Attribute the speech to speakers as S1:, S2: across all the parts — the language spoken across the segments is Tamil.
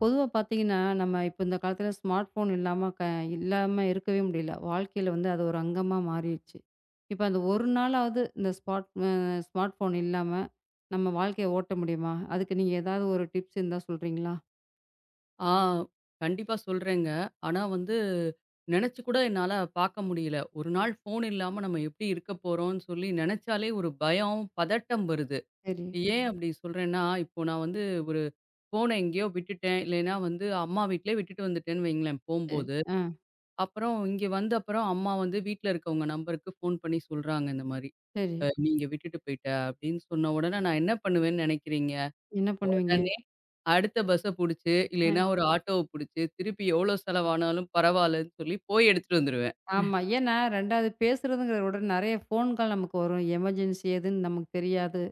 S1: பொதுவா பார்த்தீங்கன்னா, நம்ம இப்ப இந்த காலத்துல ஸ்மார்ட் ஃபோன் இல்லாம இல்லாம இருக்கவே முடியல. வாழ்க்கையில வந்து அது ஒரு அங்கமா மாறிருச்சு. இப்ப அந்த ஒரு நாளாவது இந்த ஸ்பாட் அ ஸ்மார்ட் ஃபோன் இல்லாம நம்ம வாழ்க்கைய ஓட்ட முடியுமா? அதுக்கு நீங்க ஏதாவது ஒரு டிப்ஸ் இருந்தா சொல்றீங்களா?
S2: ஆ கண்டிப்பா சொல்றேங்க. ஆனா வந்து நெனச்சு கூட என்னால பார்க்க முடியல. ஒரு நாள் ஃபோன் இல்லாம நம்ம எப்படி இருக்க போறோம்ன்னு சொல்லி நெனச்சாலே ஒரு பயம், பதட்டம் வருது.
S1: சரி.
S2: ஏன் அப்படி சொல்றேன்னா, இப்போ நான் வந்து ஒரு ஃபோன எங்கேயோ விட்டுட்டேன். இல்லைன்னா வந்து அம்மா வீட்லயே விட்டுட்டு வந்துட்டேன்னு வைங்களேன்
S1: சரி.
S2: போம்போது.
S1: ஆ
S2: அப்புறம் இங்க வந்த அப்புறம் அம்மா வந்து வீட்ல இருக்கவங்க நம்பருக்கு ஃபோன் பண்ணி சொல்றாங்க இந்த மாரி.
S1: சரி.
S2: "அ நீங்க விட்டுட்டு போயிட்ட" அப்படின்னு சொன்ன உடனே நான் என்ன பண்ணுவேன்னு நெனைக்கிறீங்க?
S1: என்ன பண்ணுவீங்க?
S2: உடனே அடுத்த பஸ்ஸ புடிச்சு, இல்லைன்னா
S1: அ
S2: ஒரு ஆட்டோவ புடிச்சு, திருப்பி எவ்வளோ செலவானாலும் பரவாயில்லன்னு சொல்லி போய் எடுத்துட்டு வந்துருவேன்.
S1: ஆமா. ஏன்னா 2வது பேசுறதுங்கிறத விட நெறைய ஃபோன் கால் நமக்கு வரும். எமர்ஜென்சி எதுன்னு நமக்கு தெரியாது.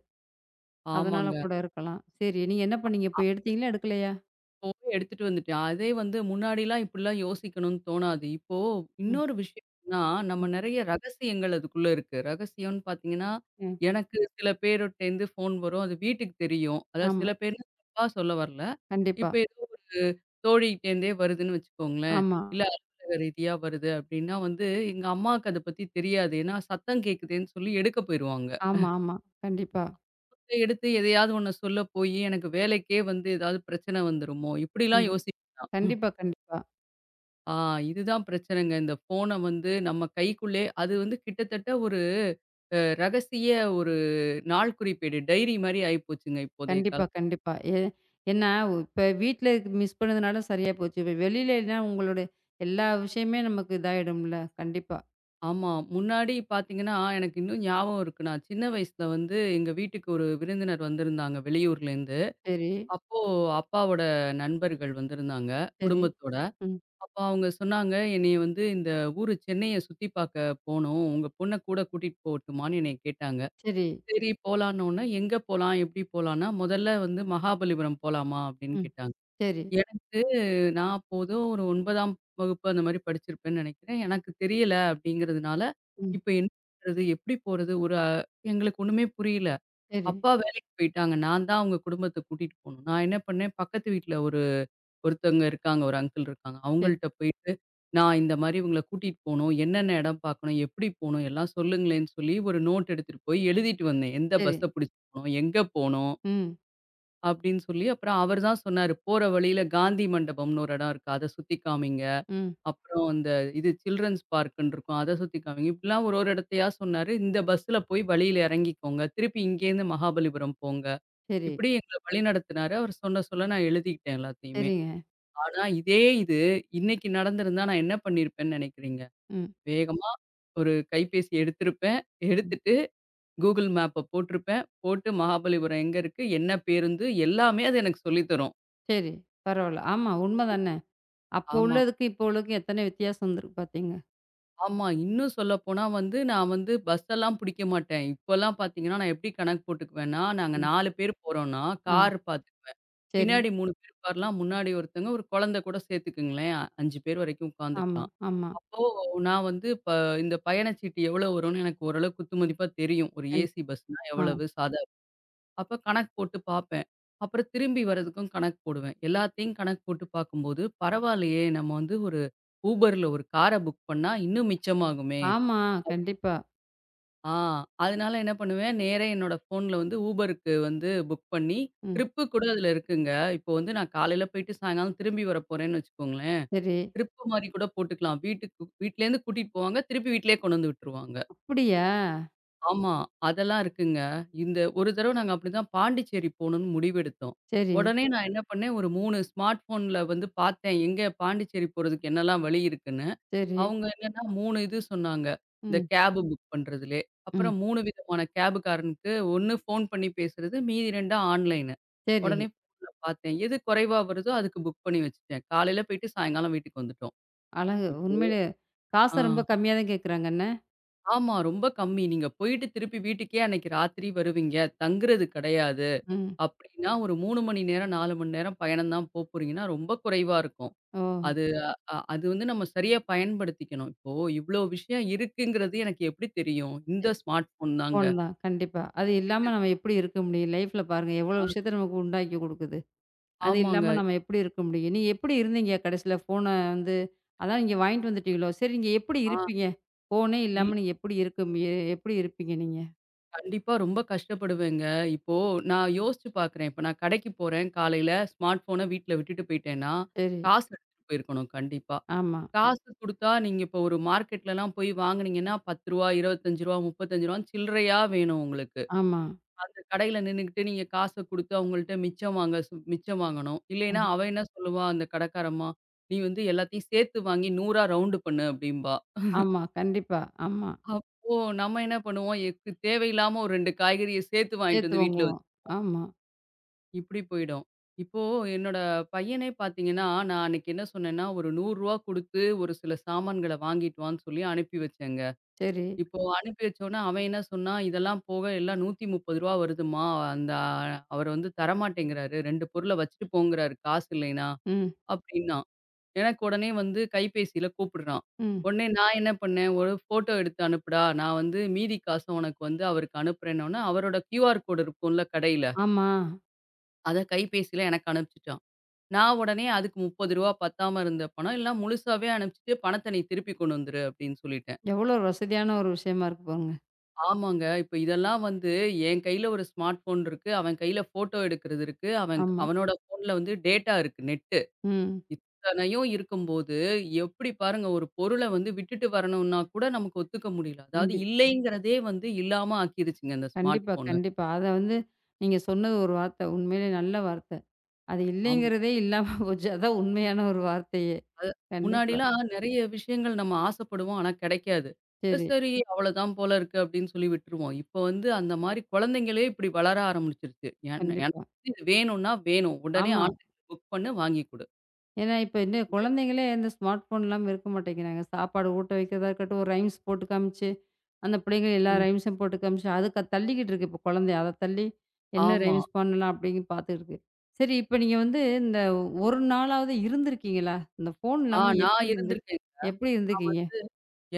S1: அதனால
S2: ஆமாங்க.
S1: கூட இருக்கலாம். சரி. நீங்க என்ன பண்ணீங்க? போய் எடுத்தீங்களா? எடுக்கலையா?
S2: அப்போ எடுத்துட்டு வந்துட்டேன். அதே வந்து முன்னாடிலாம் இப்படிலாம் யோசிக்கணும்னு தோணாது. இப்போ
S1: ம்.
S2: இன்னொரு விஷயம் என்னன்னா, நம்ம
S1: ம்.
S2: நெறைய ரகசியங்கள் அதுக்குள்ள இருக்கு. ரகசியம்னு பார்த்தீங்கன்னா,
S1: ம்.
S2: எனக்கு சில பேர்ட்டேருந்து ஃபோன் வரும். அது வீட்டுக்கு தெரியும். அதாவது
S1: ஆமா.
S2: சில பேர் தப்பா சொல்ல வரல.
S1: கண்டிப்பா.
S2: இப்ப தோழிகிட்டேருந்தே வருதுன்னு வச்சுக்கோங்களேன்.
S1: ஆமா.
S2: இல்ல ம். அலுவலக ரீதியா வருது அப்டின்னா வந்து, எங்க அம்மாவுக்கு அத பத்தி தெரியாது. ஏன்னா சத்தம் கேட்குதேன்னு சொல்லி எடுக்க போயிருவாங்க.
S1: ஆமா, ஆமா. கண்டிப்பா.
S2: அதை எடுத்து எதையாவது ஒண்ண சொல்ல போயி, எனக்கு வேலைக்கே வந்து ஏதாவது பிரச்சனை வந்துருமோ? இப்படிலாம்
S1: கண்டி
S2: யோசிப்பேன் நான்.
S1: கண்டிப்பா, கண்டிப்பா.
S2: ஆ இதுதான் பிரச்சனைங்க. இந்த ஃபோன வந்து நம்ம கைக்குள்ளே அது வந்து கிட்டத்தட்ட ஒரு அ ரகசிய ஒரு நாள்குறிப்பேடு, டைரி மாரி ஆயிப்போச்சுங்க இப்போதைய கால
S1: கண்டிப்பா, கண்டிப்பா. ஏன்னா இப்ப வீட்ல இருக்கு மிஸ் பண்ணதுனால சரியா போச்சு. இப்ப வெளியிலனா உங்களோட எல்லா விஷயமே நமக்கு இதாயிடும்ல. கண்டிப்பா.
S2: ஆமா. முன்னாடி பார்த்தீங்கன்னா, எனக்கு இன்னும் ஞாபகம் இருக்கு. நான் சின்ன வயசுல வந்து எங்க வீட்டுக்கு ஒரு விருந்தினர் வந்திருந்தாங்க வெளியூர்லேருந்து.
S1: சரி,
S2: அப்போ அப்பாவோட நண்பர்கள் வந்திருந்தாங்க,
S1: சரி.
S2: குடும்பத்தோட.
S1: ம்.
S2: அப்போ அவங்க சொன்னாங்க, "என்னைய வந்து இந்த ஊரு சென்னைய சுத்தி பார்க்க போணும். உங்க பொண்ண கூட கூட்டிட்டு போகட்டுமான்னு?" என்னைய கேட்டாங்க.
S1: சரி.
S2: சரி போலான்னோனே, "எங்க போலாம்? எப்படி போலான்னா?" "முதல்ல வந்து மகாபலிபுரம் போலாமா?" அப்படின்னு
S1: ம்.
S2: கேட்டாங்க.
S1: சரி.
S2: எனக்கு நான் அப்போ ஏதோ ஒரு 9ஆம் வகுப்பு அந்த மாரி படிச்சிருப்பேன்னு நெனைக்கிறேன். எனக்கு தெரியல அப்படிங்கிறதுனால,
S1: ம்.
S2: இப்ப என்ன பண்றது? எப்படி போறது? ஒரு அ எங்களுக்கு ஒண்ணுமே புரியல.
S1: சரி.
S2: அப்பா வேலைக்கு போயிட்டாங்க. நான் தான் அவங்க குடும்பத்த கூட்டிட்டு போணும். நான் என்ன பண்ணேன், பக்கத்து வீட்ல ஒரு ஒருத்தவங்க இருக்காங்க, ஒரு அங்கிள் இருக்காங்க.
S1: சரி,
S2: அவங்கள்ட்ட போயிட்டு, "நான் இந்த மாரி இவங்கள கூட்டிட்டு போணும். என்னென்ன இடம் பார்க்கணும்? எப்படி போணும்? எல்லாம் சொல்லுங்களேன்னு" சொல்லி ஒரு நோட் எடுத்துட்டு போய் எழுதிட்டு வந்தேன். எந்த
S1: சரி.
S2: பஸ்ஸ புடிச்சு போணும்? எங்க போணும்?
S1: ம்.
S2: அப்படின்னு சொல்லி அப்புறம் அவர் தான் சொன்னாரு. போற வழியில காந்தி மண்டபம்னு ஒரு இடம் இருக்கு. அத சுத்தி காமிங்க.
S1: ம்.
S2: அப்புறம் அந்த இது சில்ட்ரன்ஸ் பார்க்ன்னு இருக்கும். அத சுத்தி காமிங்க. இப்படிலாம் ஒரு ஒரு இடத்தையா சொன்னாரு. இந்த பஸ்ல போய் வழியில இறங்கிக்கோங்க. திருப்பி இங்கேருந்து மகாபலிபுரம் போங்க.
S1: சரி.
S2: இப்படி எங்கள வழிநடத்தினாரு. அவர் சொல்ல சொல்ல நான் எழுதிக்கிட்டேன் எல்லாத்தையுமே.
S1: சரிங்க.
S2: ஆனா இதே இது இன்னைக்கு நடந்திருந்தா நான் என்ன பண்ணியிருப்பேன்னு நினைக்கிறீங்க?
S1: ம்.
S2: வேகமா ஒரு கைபேசி எடுத்திருப்பேன்.
S1: ம்.
S2: எடுத்துட்டு கூகுள் மேப்ப போட்டிருப்பேன். போட்டு மகாபலிபுரம் எங்க இருக்கு? என்ன பேருந்து? எல்லாமே அது எனக்கு சொல்லி தரும்.
S1: சரி. பரவால்ல. ஆமா உண்ம தானே. அப்போ
S2: ஆமா,
S1: உள்ளதுக்கும், இப்போ உள்ளதுக்கும் எத்தன வித்தியாசம் வந்திருக்கு பார்த்தீங்க.
S2: ஆமா. இன்னும் சொல்லப்போனா வந்து, நான் வந்து பஸ் எல்லாம் பிடிக்க மாட்டேன். இப்பலாம் பார்த்தீங்கன்னா, நான் எப்படி கணக்கு போட்டுக்குவேன்னா, நாங்க
S1: ம்.
S2: 4 பேர் போறோம்னா,
S1: ஆ.
S2: கார் பார்த்துக்குவேன்.
S1: சரி.
S2: பின்னாடி 3 பேர் உட்காரலாம். முன்னாடி ஒருத்தங்க, ஒரு குழந்தை கூட சேர்த்துக்குங்களேன். 5 பேர் வரைக்கும்
S1: ஆமா,
S2: உட்காந்துக்கலாம்.
S1: ஆமா.
S2: அப்போ நான் வந்து, இந்த பயணச்சீட்டு எவ்வளோ வரும்னு எனக்கு ஓரளவு குத்து மதிப்பா தெரியும். ஒரு
S1: கண்
S2: ஏசி பஸ்னா
S1: ஆ.
S2: எவ்வளவு? சாதாரண அப்ப கணக்கு போட்டு பார்ப்பேன். அப்புறம் திரும்பி வர்றதுக்கும் கணக்கு போடுவேன். எல்லாத்தையும் கணக்கு போட்டு பார்க்கும்போது, பரவாயில்லையே! நம்ம வந்து ஒரு Uberல ஒரு கார புக் பண்ணா இன்னும் மிச்சமாகுமே!
S1: ஆமா.
S2: அப்படி
S1: கண்டிப்பா.
S2: ஆ அதனால என்ன பண்ணுவேன், நேரா என்னோட ஃபோன்ல வந்து Uberக்கு வந்து புக் பண்ணி,
S1: ம்.
S2: ட்ரிப்பு கூட அதுல இருக்குங்க. இப்போ வந்து நான் காலையில போயிட்டு சாயங்காலம் திரும்பி வரப்போறேன்னு வச்சுக்கோங்களேன்.
S1: சரி.
S2: ட்ரிப்பு மாரி கூட போட்டுக்கலாம். வீட்டுக்கு வீட்லேருந்து கூட்டிட்டு போவாங்க. திருப்பி வீட்டிலேயே கொண்டு வந்து விட்டுருவாங்க.
S1: அப்படியா?
S2: ஆமா. அதெல்லாம் இருக்குங்க. இந்த ஒரு தடவ நாங்க அப்படிதான் பாண்டிச்சேரி போணும்னு முடிவெடுத்தோம்.
S1: சரி,
S2: உடனே நான் என்ன பண்ணேன், ஒரு 3 ஸ்மார்ட் ஃபோன்ல வந்து பார்த்தேன். எங்க பாண்டிச்சேரி போறதுக்கு என்னலாம் வழி இருக்குன்னு.
S1: சரி.
S2: அவங்க என்னன்னா 3 இது சொன்னாங்க. இந்த
S1: ம்,
S2: கேப் புக் பண்றதுலயே.
S1: ம்.
S2: அப்புறம் 3 விதமான கேபுக்காரனுக்கு ஒண்ணு ஃபோன் பண்ணி பேசுறது, மீதி 2ம் ஆன்லைனு.
S1: சரி.
S2: உடனே ஃபோன்ல பார்த்தேன். எது குறைவா வருதோ அதுக்கு புக் பண்ணி வச்சுட்டேன். காலையில போயிட்டு சாயங்காலம் வீட்டுக்கு வந்துட்டோம்.
S1: அழகு.
S2: இப்போ
S1: உண்மையிலேயே
S2: ஆ.
S1: காசு ரொம்ப கம்மியா தான் கேட்குறாங்க என்ன?
S2: ஆமா. ரொம்ப கம்மி. நீங்க போயிட்டு திருப்பி வீட்டுக்கே அன்னைக்கு ராத்திரி வருவீங்க. தங்குறது கிடையாது.
S1: ம்.
S2: அப்டின்னா ஒரு 3 மணி நேரம், 4 மணி நேரம் பயணம் தான் போறீங்கன்னா, ரொம்ப குறைவா இருக்கும்.
S1: ஓ!
S2: அது அது வந்து நம்ம சரியா பயன்படுத்திக்கணும். இப்போ இவ்ளோ விஷயம் இருக்குங்கிறது எனக்கு எப்படி தெரியும்? இந்த ஸ்மார்ட் ஃபோன் தாங்க.
S1: ஃபோன் தான். கண்டிப்பா. அது இல்லாம
S2: கிட்டத்
S1: நம்ம எப்படி இருக்க முடியும்? லைஃப்ல பாருங்க எவ்வளோ
S2: ஆ
S1: விஷயத்த நமக்கு உண்டாக்கி குடுக்குது. அது இல்லாம
S2: ஆமாங்க.
S1: நம்ம எப்படி இருக்க முடியும்? நீங்க எப்படி இருந்தீங்க கடைசில ஃபோன வந்து அதான் நீங்க வாங்கிட்டு வந்துட்டீங்களோ? சரி நீங்க எப்படி
S2: ஆ
S1: இருப்பீங்க? ஃபோனே
S2: இல்
S1: இல்லாம நீங்க எப்படி இருக்க மு எ எப்படி இருப்பீங்க நீங்க?
S2: கண்டிப்பா ரொம்ப கஷ்டப்படுவேங்க. இப்போ நான் யோசிச்சு பார்க்குறேன். இப்ப நான் கடைக்கு போறேன் காலையில ஸ்மார்ட் ஃபோன வீட்ல விட்டுட்டு போயிட்டேன்னா,
S1: சரி.
S2: காசு எடுத்துட்டு போயிருக்கணும் கண்டிப்பா.
S1: ஆமா,
S2: காசு குடுத்தா, நீங்க இப்போ ஒரு மார்க்கெட்லலாம் போய் வாங்குனீங்கன்னா, ரூ. 10, ரூ. 25, ரூ. 35 சில்லறையா வேணும் உங்களுக்கு.
S1: ஆமா,
S2: அந்த கடையில நின்னுகிட்டு நீங்க காச குடுத்து அவங்கள்ட்ட மிச்சம் வாங்க சு மிச்சம் வாங்கணும். இல்லைன்னா,
S1: ம்.
S2: அவ என்ன சொல்லுவா அந்த கடைக்காரம்மா, "நீ வந்து எல்லாத்தையும் சேர்த்து வாங்கி 100ஆ ரவுண்டு பண்ணு" அப்படிம்பா.
S1: ஆமா. கண்டிப்பா. ஆமா.
S2: அப்போ நம்ம என்ன பண்ணுவோம், எக்கு தேவையில்லாம ஒரு 2 காய்கறிய சேர்த்து வாங்கிட்டு
S1: சேர்த்து
S2: வந்து வீட்ல
S1: வாங்குவோம்.
S2: வச்சு
S1: ஆமா.
S2: இப்படி போயிடும். இப்போ என்னோட பையனே பார்த்தீங்கன்னா, நான் அன்னைக்கு என்ன சொன்னேன்னா, ஒரு ரூ. 100 குடுத்து ஒரு சில சாமான்கள வாங்கிட்டு வான்னு சொல்லி அனுப்பி வச்சேங்க.
S1: சரி.
S2: இப்போ அனுப்பி வச்சோன்னே, அவன் என்ன சொன்னான், "இதெல்லாம் போக எல்லாம் ரூ. 130 வருதும்மா. அந்த அவரு வந்து தரமாட்டேங்கிறாரு. 2 பொருள வச்சுட்டு போங்கிறாரு காசு இல்லைன்னா"
S1: ம்,
S2: அப்படின்னான். எனக்கு உடனே வந்து கைபேசியில கூப்பிடுறான்.
S1: ம்.
S2: உடனே நான் என்ன பண்ணேன், "ஒரு ஃபோட்டோ எடுத்து அனுப்புடா. நான் வந்து மீதி காச உனக்கு வந்து அவருக்கு அனுப்புறேன்னோன்னே" அவரோட கியூஆர் கோடு இருக்கும்ல கடையில,
S1: ஆமா.
S2: அத கைபேசியில எனக்கு அனுப்பிச்சுட்டான். நான் உடனே அதுக்கு ரூ. 30 பத்தாம இருந்த பணம், "எல்லாம் முழுசாவே அனுப்பிச்சுட்டு பணத்த நீ திருப்பி கொண்டு வந்துரு" அப்படின்னு சொல்லிட்டேன்.
S1: எவ்வளோ ஒரு வசதியான ஒரு விஷயமா இருக்கு பாருங்க.
S2: ஆமாங்க. இப்ப இதெல்லாம் வந்து என் கையில ஒரு ஸ்மார்ட் ஃபோன் இருக்கு. அவன் கையில ஃபோட்டோ எடுக்கிறது இருக்கு. அவன்
S1: ஆமா.
S2: அவனோட ஃபோன்ல வந்து டேட்டா இருக்கு நெட்டு.
S1: ம்.
S2: இத்தனையும் இருக்கும்போது, எப்படி பாருங்க ஒரு பொருள வந்து விட்டுட்டு வரணும்னா கூட நமக்கு ஒத்துக்க முடியல. அதாவது
S1: முடி
S2: இல்லைங்கிறதே வந்து இல்லாம ஆக்கிருச்சுங்க இந்த ஸ்மார்ட்
S1: கண்டிப்பா,
S2: ஃபோனு.
S1: கண்டிப்பா. அத வந்து நீங்க சொன்னது ஒரு வார்த்தை. உண்மையிலே நல்ல வார்த்தை. அது
S2: ஆமா.
S1: இல்லைங்கிறதே இல்லாம போச்சு. அதான் உண்மையான ஒரு வார்த்தையே.
S2: அது
S1: கண்டிப்பா.
S2: முன்னாடிலாம் நெறைய விஷயங்கள் நம்ம ஆசைப்படுவோம். ஆனா கிடைக்காது.
S1: சரி.
S2: சரி அவ்வளோதான் போல இருக்கு அப்படின்னு சொல்லி விட்டுருவோம். இப்போ வந்து அந்த மாரி குழந்தைங்களே இப்படி வளர ஆரம்பிச்சுருச்சு. எனக்கு
S1: கண்டிப்பா.
S2: வந்து இது வேணும்னா வேணும். உடனே
S1: ஆமா.
S2: ஆன்லைன்ல புக் பண்ணு வாங்கி குடு.
S1: ஏன்னா, இப்ப இந்த குழந்தைங்களே இந்த ஸ்மார்ட் ஃபோன் இல்லாம இருக்க மாட்டேங்கிறாங்க. சாப்பாடு ஊட்ட வைக்கிறதா இருக்கட்டும், ஒரு ரைம்ஸ் போட்டு காமிச்சு, அந்த பிள்ளைங்க எல்லா
S2: ம்.
S1: ரைம்ஸும் போட்டு காமிச்சு, அதுக்கு தள்ளிக்கிட்டு இருக்கு இப்போ குழந்தை. அத தள்ளி என்ன
S2: ஆமா.
S1: ரைம்ஸ் பண்ணலாம் அப்படின்னு பார்த்துட்டு இருக்கு. சரி இப்ப நீங்க வந்து இந்த 1 நாளாவது இருந்திருக்கீங்களா? இந்த ஃபோன் இல்லாம
S2: நான்
S1: எப்படி இருந்து
S2: இருந்திருக்கேன்.
S1: எப்படி
S2: நான்
S1: இருந்துக்கீங்க?
S2: வந்து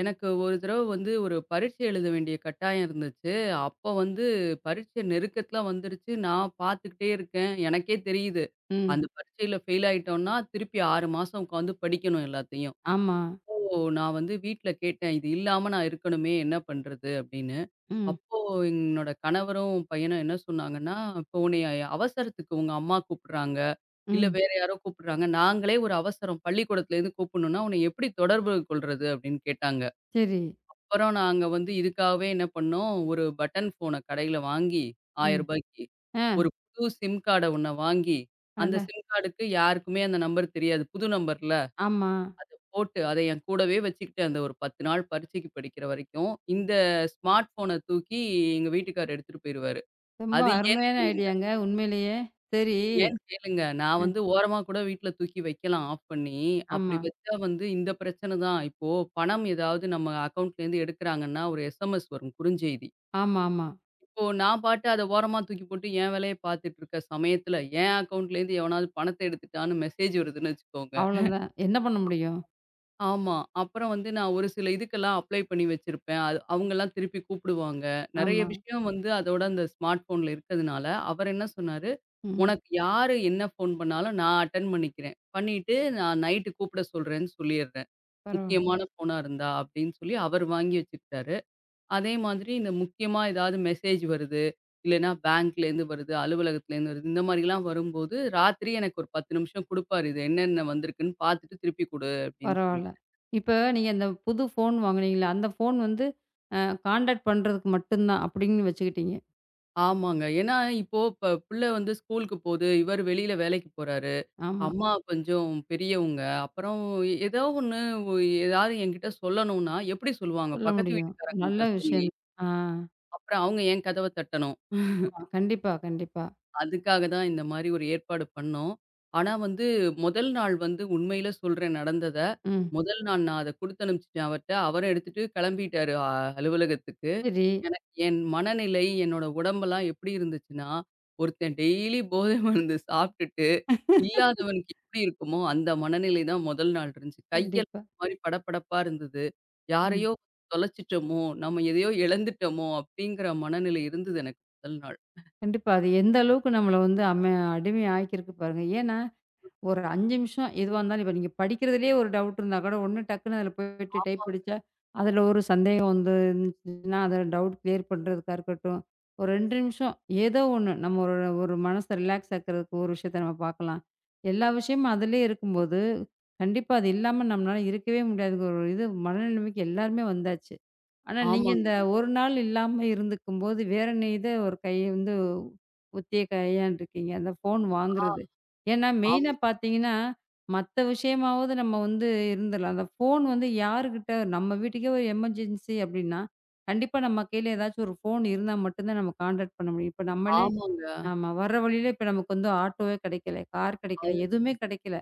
S2: எனக்கு ஒரு தடவ வந்து ஒரு பரீட்சை எழுத வேண்டிய கட்டாயம் இருந்துச்சு. அப்போ வந்து பரீட்சை நெருக்கத்துல வந்துருச்சு. நான் பார்த்துக்கிட்டே இருக்கேன். எனக்கே தெரியுது.
S1: ம்.
S2: அந்த பரீட்சையில ஃபெயில் ஆயிட்டோம்னா, திருப்பி 6 மாசம் உட்காந்து படிக்கணும் எல்லாத்தையும்.
S1: ஆமா.
S2: இப்போ நான் வந்து வீட்ல கேட்டேன். "இது இல்லாம நான் இருக்கணுமே! என்ன பண்றது?" அப்படின்னு.
S1: ம்.
S2: அப்போ என்னோட கணவரும், பையனும் என்ன சொன்னாங்கன்னா, "இப்போ உன்னைய அவசரத்துக்கு உங்க அம்மா கூப்பிடுறாங்க, இல்ல
S1: ம்.
S2: வேற யாரோ கூப்பிடுறாங்க. நாங்களே ஒரு அவசரம் பள்ளிக்கூடத்துலேருந்து கூப்பிடணும்னா, உன்னை எப்படி தொடர்பு கொள்றது?" அப்படின்னு கேட்டாங்க.
S1: சரி.
S2: அப்புறம் நாங்க வந்து இதுக்காகவே என்ன பண்ணோம், ஒரு பட்டன் ஃபோன கடையில வாங்கி ரூ.
S1: ம்.
S2: 1000க்கு
S1: ஆ.
S2: ஒரு புது சிம் கார்ட ஒண்ண வாங்கி, அந்த
S1: அட!
S2: சிம் கார்டுக்கு யாருக்குமே அந்த நம்பர் தெரியாது. புது நம்பர்ல.
S1: ஆமா.
S2: போட்டு, அத என் கூடவே வச்சுக்கிட்டு, அந்த ஒரு 10 நாள் பரீட்சைக்கு படிக்கிற வரைக்கும், இந்த ஸ்மார்ட் ஃபோன தூக்கி எங்க வீட்டுக்காரர் எடுத்துட்டு போயிருவாரு.
S1: ரொம்ப
S2: அது ஏன்னு
S1: அருமையான
S2: கேளுங்க
S1: ஐடியாங்க உண்மையிலேயே. சரி.
S2: ஏன்னு கேளுங்க, நான்
S1: அ.
S2: வந்து ஓரமா கூட வீட்ல தூக்கி வைக்கலாம் ஆஃப் பண்ணி. அப்படி
S1: ஆமா.
S2: வச்சா வந்து இந்த பிரச்சனை தான். இப்போ பணம் ஏதாவது நம்ம அக்கவுண்ட்லேருந்து எடுக்குறாங்கன்னா, ஒரு எஸ்எம்எஸ் வரும் குறுஞ்செய்தி.
S1: ஆமாமா.
S2: இப்போ நான் பாட்டு அத ஓரமா தூக்கி போட்டு, என் வேலைய பாத்துட்டு இருக்க சமயத்துல, என் அக்கவுண்ட்லேருந்து எவனாவது பணத்த எடுத்துட்டான்னு மெசேஜ் வருதுன்னு வச்சுக்கோங்க.
S1: அவ்வளதான். என்ன பண்ண முடியும்?
S2: ஆமா. அப்புறம் வந்து நான் ஒரு சில இதுக்கெல்லாம் அப்ளை பண்ணி வச்சிருப்பேன். அது அவங்கலாம் திருப்பி கூப்பிடுவாங்க. நெறைய
S1: ஆமா.
S2: விஷயம் வந்து அதோட அந்த ஸ்மார்ட் ஃபோன்ல இருக்கதுனால, அவர் என்ன சொன்னாரு,
S1: ம்.
S2: "உனக்கு யாரு என்ன ஃபோன் பண்ணாலும் நான் அட்டெண்ட் பண்ணிக்கிறேன். பண்ணிட்டு நான் நைட்டு கூப்பிட சொல்றேன்னு சொல்லிர்றேன்.
S1: பரவால்ல,
S2: முக்கியமான ஃபோனா இருந்தா" அப்படின்னு சொல்லி அவர் வாங்கி வச்சுக்கிட்டாரு. அதே மாதிரி இந்த முக்கியமா ஏதாவது மெசேஜ் வருது, இல்லன்னா பேங்க்லேருந்து வருது, அலுவலகத்துலேருந்து வருது, இந்த மாரிலாம் வரும்போது, ராத்திரி எனக்கு ஒரு 10 நிமிஷம் குடுப்பாரு. இது என்னென்ன வந்திருக்குன்னு பார்த்துட்டு திருப்பி குடு அப்படின்னு சொல்லி.
S1: பரவால்ல. இப்ப நீங்க அந்த புது ஃபோன் வாங்குனீங்கல்ல, அந்த ஃபோன் வந்து அ கான்டாக்ட் பண்றதுக்கு மட்டும் தான் அப்படின்னு வச்சுக்கிட்டீங்க.
S2: ஆமாங்க. ஏன்னா, இப்போ இப்ப புள்ள வந்து ஸ்கூலுக்கு போது, இவர் வெளியில வேலைக்கு போறாரு.
S1: ஆமா.
S2: அம்மா கொஞ்சம் பெரியவங்க. அப்புறம் ஏதோ ஒண்ணு ஒ ஏதாவது என்கிட்ட சொல்லணும்னா, எப்படி சொல்லுவாங்க?
S1: சொல்ல
S2: பக்கத்து
S1: முடியும். நல்ல
S2: வீட்டுக்காரங்கள்ட்ட சொல்லி,
S1: விஷயம். ஆ.
S2: அப்புறம் அவங்க என் கதவ தட்டணும்.
S1: ஆமா. கண்டிப்பா, கண்டிப்பா.
S2: அதுக்காக தான் இந்த மாரி ஒரு ஏற்பாடு பண்ணோம். ஆனா வந்து, முதல் நாள் வந்து உண்மையில சொல்றேன் நடந்தத.
S1: ம்.
S2: முதல் நாள் நான் அத குடுத்தனுப்பிச்சுட்டேன் அவர்ட்ட. அவரும் எடுத்துட்டு கிளம்பிட்டாரு அலுவலகத்துக்கு.
S1: சரி.
S2: எனக்கு என் மனநிலை, என்னோட உடம்பெல்லாம் எப்படி இருந்துச்சுன்னா, ஒருத்தன் டெய்லி போதை மருந்து சாப்பிட்டுட்டு, இல்லாதவனுக்கு எப்படி இருக்குமோ, அந்த மனநிலை தான் முதல் நாள் இருந்துச்சு. கையெல்லாம்
S1: கண்டிப்பா.
S2: ஒரு மாரி படபடப்பா இருந்தது.
S1: ம்.
S2: யாரையோ தொலைச்சிட்டோமோ, நம்ம எதையோ இழந்துட்டோமோ அப்படிங்கிற மனநிலை இருந்தது எனக்கு முதல் நாள்.
S1: கண்டிப்பா. அது எந்த அளவுக்கு நம்மள வந்து அடிமை ஆக்கியிருக்கு பாருங்க. ஏன்னா ஒரு 5 நிமிஷம் எதுவா இருந்தாலும் இப்ப நீங்க படிக்கிறதுலயே ஒரு டவுட் இருந்தா கூட ஒண்ணு டக்குன்னு அதுல போயிட்டு டைப்
S2: ஆமாங்க,
S1: அடிச்சா, அதுல ஒரு சந்தேகம் வந்து இருந்துச்சுன்னா, அத டவுட் கிளியர் பண்றதுக்கா இருக்கட்டும். ஒரு 2 நிமிஷம் ஏதோ ஒண்ணு நம்ம ஒரு ஒரு மனச ரிலாக்ஸ் ஆக்குறதுக்கு ஒரு விஷயத்த நம்ம பார்க்கலாம். எல்லா விஷயமும் அதிலயே இருக்கும்போது, கண்டிப்பா அது இல்லாம நம்மளால இருக்கவே முடியாதுங்கிற ஒரு இது மனநிலைமைக்கு எல்லாருமே வந்தாச்சு. ஆனா, நீங்க
S2: ஆமாங்க.
S1: இந்த ஒரு நாள் இல்லாம இருந்துக்கும்போது, வேற இத ஒரு கை வந்து உத்திய கையாண்டுருக்கீங்க. அந்த ஃபோன்
S2: ஆ,
S1: வாங்குறது. ஏன்னா,
S2: ஆம்
S1: மெயினா பார்த்தீங்கன்னா, மத்த விஷயமாவது நம்ம வந்து இருந்துரலாம். அந்த ஃபோன் வந்து யாருகிட்ட நம்ம வீட்டுக்கே ஒரு எமர்ஜென்சி அப்டின்னா, கண்டிப்பா நம்ம கையில ஏதாச்சும் ஒரு ஃபோன் இருந்தா மட்டும் தான் நம்ம கான்டாக்ட் பண்ண முடியும். இப்ப நம்மளே
S2: ஆமாங்க.
S1: ஆமா. வர்ற வழியில இப்ப நமக்கு வந்து ஆட்டோவே கிடைக்கல, கார் கிடைக்கல,
S2: அது
S1: எதுவுமே கிடைக்கல.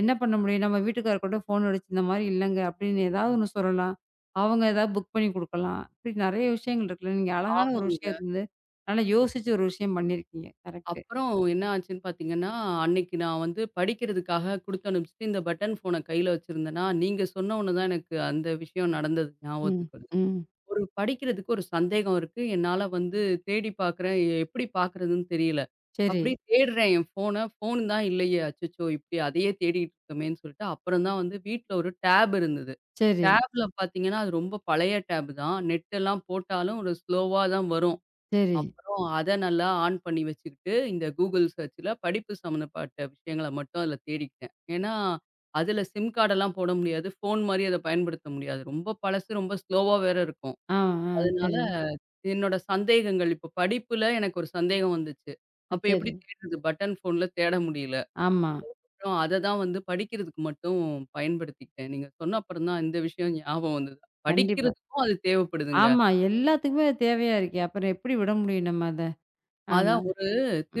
S1: என்ன பண்ண முடியும்? நம்ம வீட்டுக்காரர் கூட ஃபோன் அடிச்சு, இந்த மாரி இல்லங்க அப்படின்னு ஏதாவது ஒண்ணு சொல்லலாம். அவங்க ஏதாவது புக் பண்ணி குடுக்கலாம். இப்படி நெறைய விஷயங்கள் இருக்குல்ல. நீங்க அழகான ஒரு
S2: ஆமாங்க.
S1: விஷயம் வந்து, நல்லா யோசிச்சு ஒரு விஷயம் பண்ணியிருக்கீங்க. கரெக்ட்டு.
S2: அப்புறம் என்ன ஆச்சுன்னு பார்த்தீங்கன்னா, அன்னைக்கு நான் வந்து படிக்கிறதுக்காக குடுத்து அனுப்பிச்சுட்டு, இந்த பட்டன் ஃபோன கையில வச்சிருந்தேனா, நீங்க சொன்ன ஒன்ன தான் எனக்கு அந்த விஷயம் நடந்தது
S1: ம்,
S2: ஞாபகத்துக்கு வருது.
S1: ம்.
S2: ஒரு படிக்கிறதுக்கு ஒரு சந்தேகம் இருக்கு. என்னால வந்து தேடி பார்க்குறேன். எப்படி பார்க்குறதுன்னு தெரியல.
S1: சரி,
S2: அப்படியே தேடுறேன் என் ஃபோன. ஃபோன் தான் இல்லையே! அச்சச்சோ! இப்படி அதையே தேடிட்டு இருக்கமேன்னு சொல்லிட்டு, அப்புறம் தான் வந்து வீட்ல ஒரு டேப் இருந்தது.
S1: சரி,
S2: டேப்ல பார்த்தீங்கன்னா, அது ரொம்ப பழைய டேப் தான். நெட் எல்லாம் போட்டாலும் ஒரு ஸ்லோவா தான் வரும்.
S1: சரி.
S2: அப்புறம் அத நல்லா ஆன் பண்ணி வச்சுக்கிட்டு, இந்த Google சர்ச்ல படிப்பு சம்மந்தப்பட்ட விஷயங்கள மட்டும் அதுல தேடிக்கிட்டேன். ஏன்னா, அதுல சிம் கார்டெல்லாம் போட முடியாது. ஃபோன் மாரி அத பயன்படுத்த முடியாது. ரொம்ப பழசு, ரொம்ப ஸ்லோவா வேற இருக்கும்.
S1: ஆ, ஆ.
S2: அதனால
S1: சரி.
S2: என்னோட சந்தேகங்கள் இப்போ படிப்புல எனக்கு ஒரு சந்தேகம் வந்துச்சு. அப்ப எப்படி
S1: சரி.
S2: தேடுறது? பட்டன் ஃபோன்ல தேட முடியல.
S1: ஆமா.
S2: அப்புறம் அத தான் வந்து படிக்கிறதுக்கு மட்டும் பயன்படுத்திக்கிட்டேன். நீங்க சொன்ன அப்புறம் தான் இந்த விஷயம் ஞாபகம் வந்தது.
S1: கண்டிப்பா.
S2: படிக்கிறதுக்கும் அது தேவைப்படுதுங்க.
S1: ஆமா. எல்லாத்துக்குமே அது தேவையா இருக்கே. அப்புறம் எப்படி விட முடியும் நம்ம அத? ஆமா.
S2: அதான் ஒரு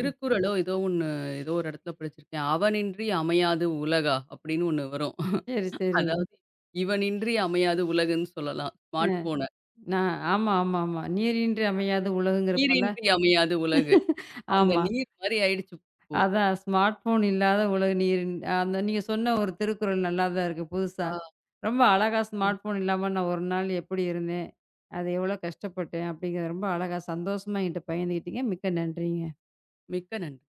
S1: ம்.
S2: ஏதோ ஒண்ணு ஏதோ ஒரு இடத்துல படிச்சிருக்கேன். "அவனின்றி அமையாது உலகா" அப்படின்னு ஒண்ணு வரும்.
S1: சரி, சரி.
S2: அதாவது இவனின்றி அமையாது உலகுன்னு சொல்லலாம்
S1: அ
S2: ஸ்மார்ட் ஃபோன.
S1: நான் ஆமா, ஆமா, ஆமா. நீரின்றி அமையாது உலகுங்கிறப்போல.
S2: நீரின்றி அமையாது உலகு. அந்த
S1: ஆமா.
S2: நீர் மாரி ஆயிடுச்சு இப்போ.
S1: அதான் ஸ்மார்ட் ஃபோன் இல்லாத உலக நீர் அந்த நீங்க சொன்ன ஒரு திருக்குறள் நல்லா தான் இருக்கு புதுசா.
S2: ஆ.
S1: ரொம்ப அழகா ஸ்மார்ட் ஃபோன் இல்லாம நான் ஒரு நாள் எப்படி இருந்தேன்? அது எவ்வளோ கஷ்டப்பட்டேன்? அப்படிங்கிறத ரொம்ப அழகா சந்தோஷமா என்கிட்ட பகிர்ந்துக்கிட்டீங்க. மிக்க நன்றிங்க.
S2: மிக்க நன்றி.